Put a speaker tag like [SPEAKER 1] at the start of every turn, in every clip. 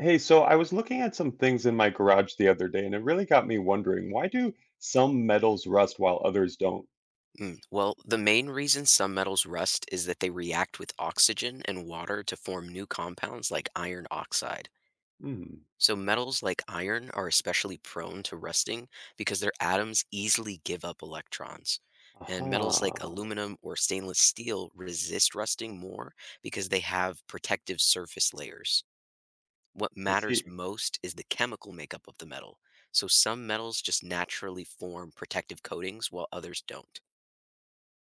[SPEAKER 1] Hey, so I was looking at some things in my garage the other day, and it really got me wondering, why do some metals rust while others don't?
[SPEAKER 2] Well, the main reason some metals rust is that they react with oxygen and water to form new compounds like iron oxide.
[SPEAKER 1] Hmm.
[SPEAKER 2] So, metals like iron are especially prone to rusting because their atoms easily give up electrons. And metals like
[SPEAKER 1] Aha.
[SPEAKER 2] aluminum or stainless steel resist rusting more because they have protective surface layers. What
[SPEAKER 1] I
[SPEAKER 2] matters
[SPEAKER 1] see.
[SPEAKER 2] most is the chemical makeup of the metal. So, some metals just naturally form protective coatings while others don't.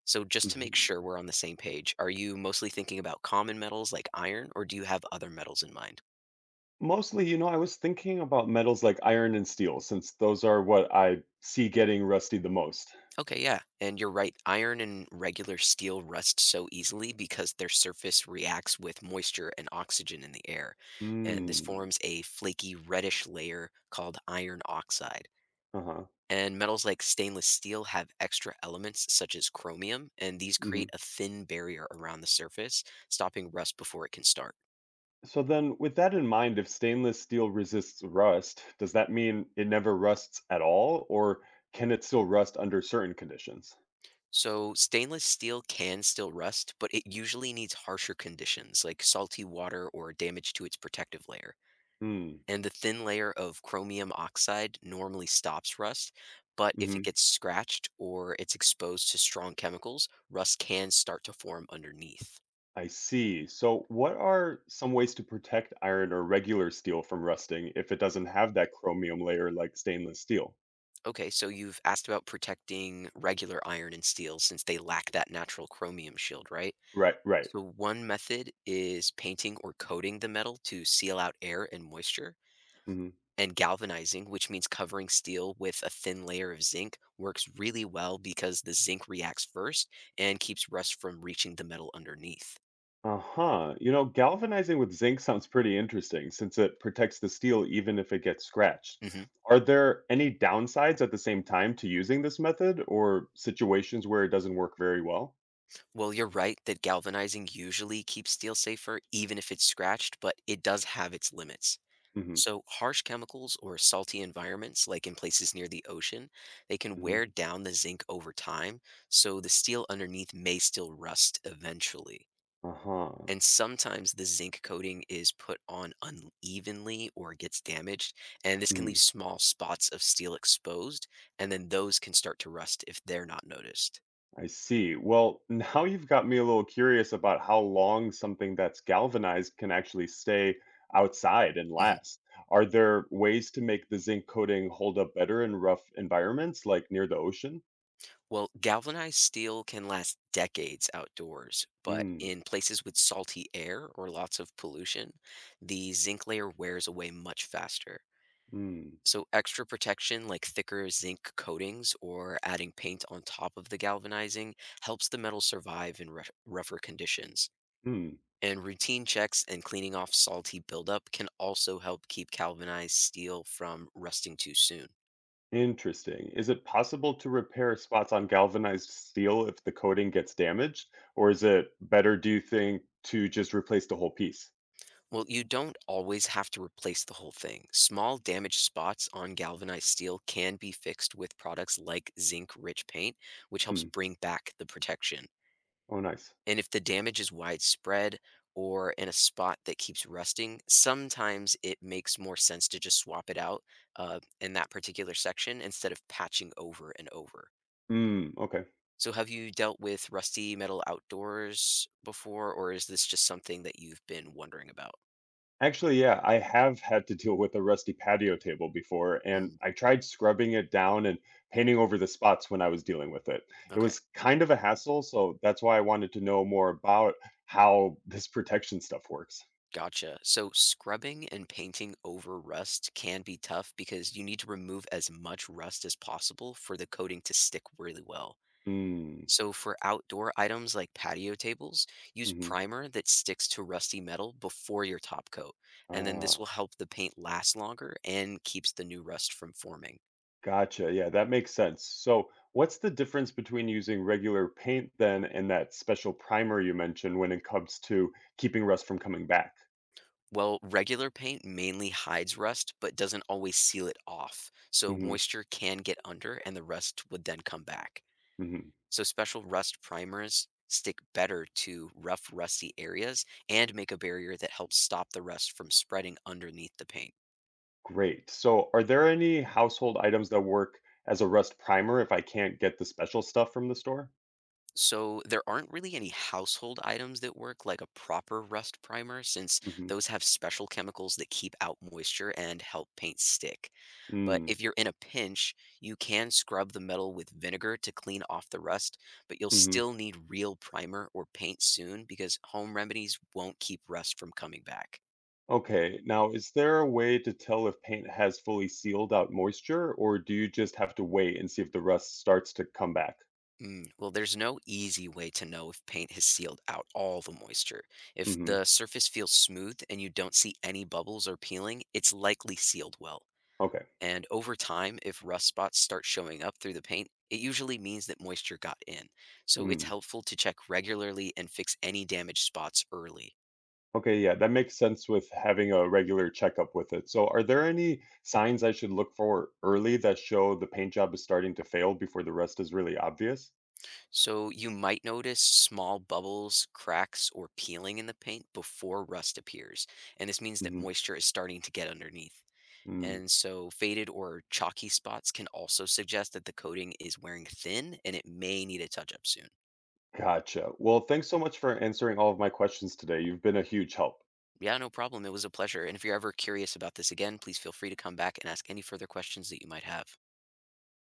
[SPEAKER 2] So just to make sure
[SPEAKER 1] Mhm.
[SPEAKER 2] we're on the same page, are you mostly thinking about common metals like iron, or do you have other metals in mind?
[SPEAKER 1] Mostly, I was thinking about metals like iron and steel, since those are what I see getting rusty the most.
[SPEAKER 2] Okay, yeah. And you're right, iron and regular steel rust so easily because their surface reacts with moisture and oxygen in the air. And this
[SPEAKER 1] Hmm.
[SPEAKER 2] forms a flaky reddish layer called iron oxide.
[SPEAKER 1] Uh-huh.
[SPEAKER 2] And metals like stainless steel have extra elements such as chromium, and these
[SPEAKER 1] Hmm.
[SPEAKER 2] create a thin barrier around the surface, stopping rust before it can start.
[SPEAKER 1] So then, with that in mind, if stainless steel resists rust, does that mean it never rusts at all, or can it still rust under certain conditions?
[SPEAKER 2] So stainless steel can still rust, but it usually needs harsher conditions like salty water or damage to its protective layer.
[SPEAKER 1] Hmm.
[SPEAKER 2] And the thin layer of chromium oxide normally stops rust, but if it gets scratched or it's exposed to strong chemicals, rust can start to form underneath.
[SPEAKER 1] I see. So, what are some ways to protect iron or regular steel from rusting if it doesn't have that chromium layer like stainless steel?
[SPEAKER 2] Okay, so you've asked about protecting regular iron and steel since they lack that natural chromium shield, right?
[SPEAKER 1] Right, right.
[SPEAKER 2] So, one method is painting or coating the metal to seal out air and moisture.
[SPEAKER 1] Hmm.
[SPEAKER 2] And galvanizing, which means covering steel with a thin layer of zinc, works really well because the zinc reacts first and keeps rust from reaching the metal underneath.
[SPEAKER 1] Uh-huh. Galvanizing with zinc sounds pretty interesting since it protects the steel even if it gets scratched.
[SPEAKER 2] Hmm.
[SPEAKER 1] Are there any downsides at the same time to using this method or situations where it doesn't work very well?
[SPEAKER 2] Well, you're right that galvanizing usually keeps steel safer, even if it's scratched, but it does have its limits.
[SPEAKER 1] Mm-hmm.
[SPEAKER 2] So, harsh chemicals or salty environments, like in places near the ocean, they can
[SPEAKER 1] Mm-hmm.
[SPEAKER 2] wear down the zinc over time, so the steel underneath may still rust eventually.
[SPEAKER 1] Uh-huh.
[SPEAKER 2] And sometimes the zinc coating is put on unevenly or gets damaged, and this can leave
[SPEAKER 1] Mhm.
[SPEAKER 2] small spots of steel exposed, and then those can start to rust if they're not noticed.
[SPEAKER 1] I see. Well, now you've got me a little curious about how long something that's galvanized can actually stay outside and
[SPEAKER 2] Mhm.
[SPEAKER 1] last. Are there ways to make the zinc coating hold up better in rough environments, like near the ocean?
[SPEAKER 2] Well, galvanized steel can last decades outdoors, but
[SPEAKER 1] Hmm.
[SPEAKER 2] in places with salty air or lots of pollution, the zinc layer wears away much faster.
[SPEAKER 1] Hmm.
[SPEAKER 2] So extra protection like thicker zinc coatings or adding paint on top of the galvanizing helps the metal survive in rough, rougher conditions.
[SPEAKER 1] Hmm.
[SPEAKER 2] And routine checks and cleaning off salty buildup can also help keep galvanized steel from rusting too soon.
[SPEAKER 1] Interesting. Is it possible to repair spots on galvanized steel if the coating gets damaged? Or is it better, do you think, to just replace the whole piece?
[SPEAKER 2] Well, you don't always have to replace the whole thing. Small damaged spots on galvanized steel can be fixed with products like zinc rich paint, which helps
[SPEAKER 1] Hmm.
[SPEAKER 2] bring back the protection.
[SPEAKER 1] Oh, nice.
[SPEAKER 2] And if the damage is widespread or in a spot that keeps rusting, sometimes it makes more sense to just swap it out in that particular section instead of patching over and over.
[SPEAKER 1] Hmm. Okay.
[SPEAKER 2] So, have you dealt with rusty metal outdoors before, or is this just something that you've been wondering about?
[SPEAKER 1] Actually, yeah, I have had to deal with a rusty patio table before, and
[SPEAKER 2] Mm,
[SPEAKER 1] I tried scrubbing it down and painting over the spots when I was dealing with it. It
[SPEAKER 2] okay,
[SPEAKER 1] was kind of a hassle, so that's why I wanted to know more about how this protection stuff works.
[SPEAKER 2] gotcha. So, scrubbing and painting over rust can be tough because you need to remove as much rust as possible for the coating to stick really well.
[SPEAKER 1] Mm.
[SPEAKER 2] So for outdoor items like patio tables, use
[SPEAKER 1] Hmm.
[SPEAKER 2] primer that sticks to rusty metal before your top coat, and then this
[SPEAKER 1] Ah,
[SPEAKER 2] will help the paint last longer and keeps the new rust from forming.
[SPEAKER 1] gotcha. Yeah, that makes sense. So, what's the difference between using regular paint then and that special primer you mentioned when it comes to keeping rust from coming back?
[SPEAKER 2] Well, regular paint mainly hides rust but doesn't always seal it off, so
[SPEAKER 1] Hmm.
[SPEAKER 2] moisture can get under and the rust would then come back.
[SPEAKER 1] Hmm.
[SPEAKER 2] So special rust primers stick better to rough, rusty areas and make a barrier that helps stop the rust from spreading underneath the paint.
[SPEAKER 1] Great. So, are there any household items that work as a rust primer if I can't get the special stuff from the store?
[SPEAKER 2] So there aren't really any household items that work like a proper rust primer since
[SPEAKER 1] Mm-hmm.
[SPEAKER 2] those have special chemicals that keep out moisture and help paint stick. But
[SPEAKER 1] Mm.
[SPEAKER 2] if you're in a pinch, you can scrub the metal with vinegar to clean off the rust, but you'll
[SPEAKER 1] Hmm.
[SPEAKER 2] still need real primer or paint soon because home remedies won't keep rust from coming back.
[SPEAKER 1] Okay. Now, is there a way to tell if paint has fully sealed out moisture, or do you just have to wait and see if the rust starts to come back?
[SPEAKER 2] Well, there's no easy way to know if paint has sealed out all the moisture. If
[SPEAKER 1] Mm-hmm.
[SPEAKER 2] the surface feels smooth and you don't see any bubbles or peeling, it's likely sealed well.
[SPEAKER 1] Okay.
[SPEAKER 2] And over time, if rust spots start showing up through the paint, it usually means that moisture got in. So it's
[SPEAKER 1] Mm.
[SPEAKER 2] helpful to check regularly and fix any damaged spots early.
[SPEAKER 1] Okay. Yeah, that makes sense with having a regular checkup with it. So, are there any signs I should look for early that show the paint job is starting to fail before the rust is really obvious?
[SPEAKER 2] So you might notice small bubbles, cracks, or peeling in the paint before rust appears. And this means that
[SPEAKER 1] Mm-hmm.
[SPEAKER 2] moisture is starting to get underneath.
[SPEAKER 1] Mm.
[SPEAKER 2] And so faded or chalky spots can also suggest that the coating is wearing thin and it may need a touch up soon.
[SPEAKER 1] Gotcha. Well, thanks so much for answering all of my questions today. You've been a huge help.
[SPEAKER 2] Yeah, no problem. It was a pleasure. And if you're ever curious about this again, please feel free to come back and ask any further questions that you might have.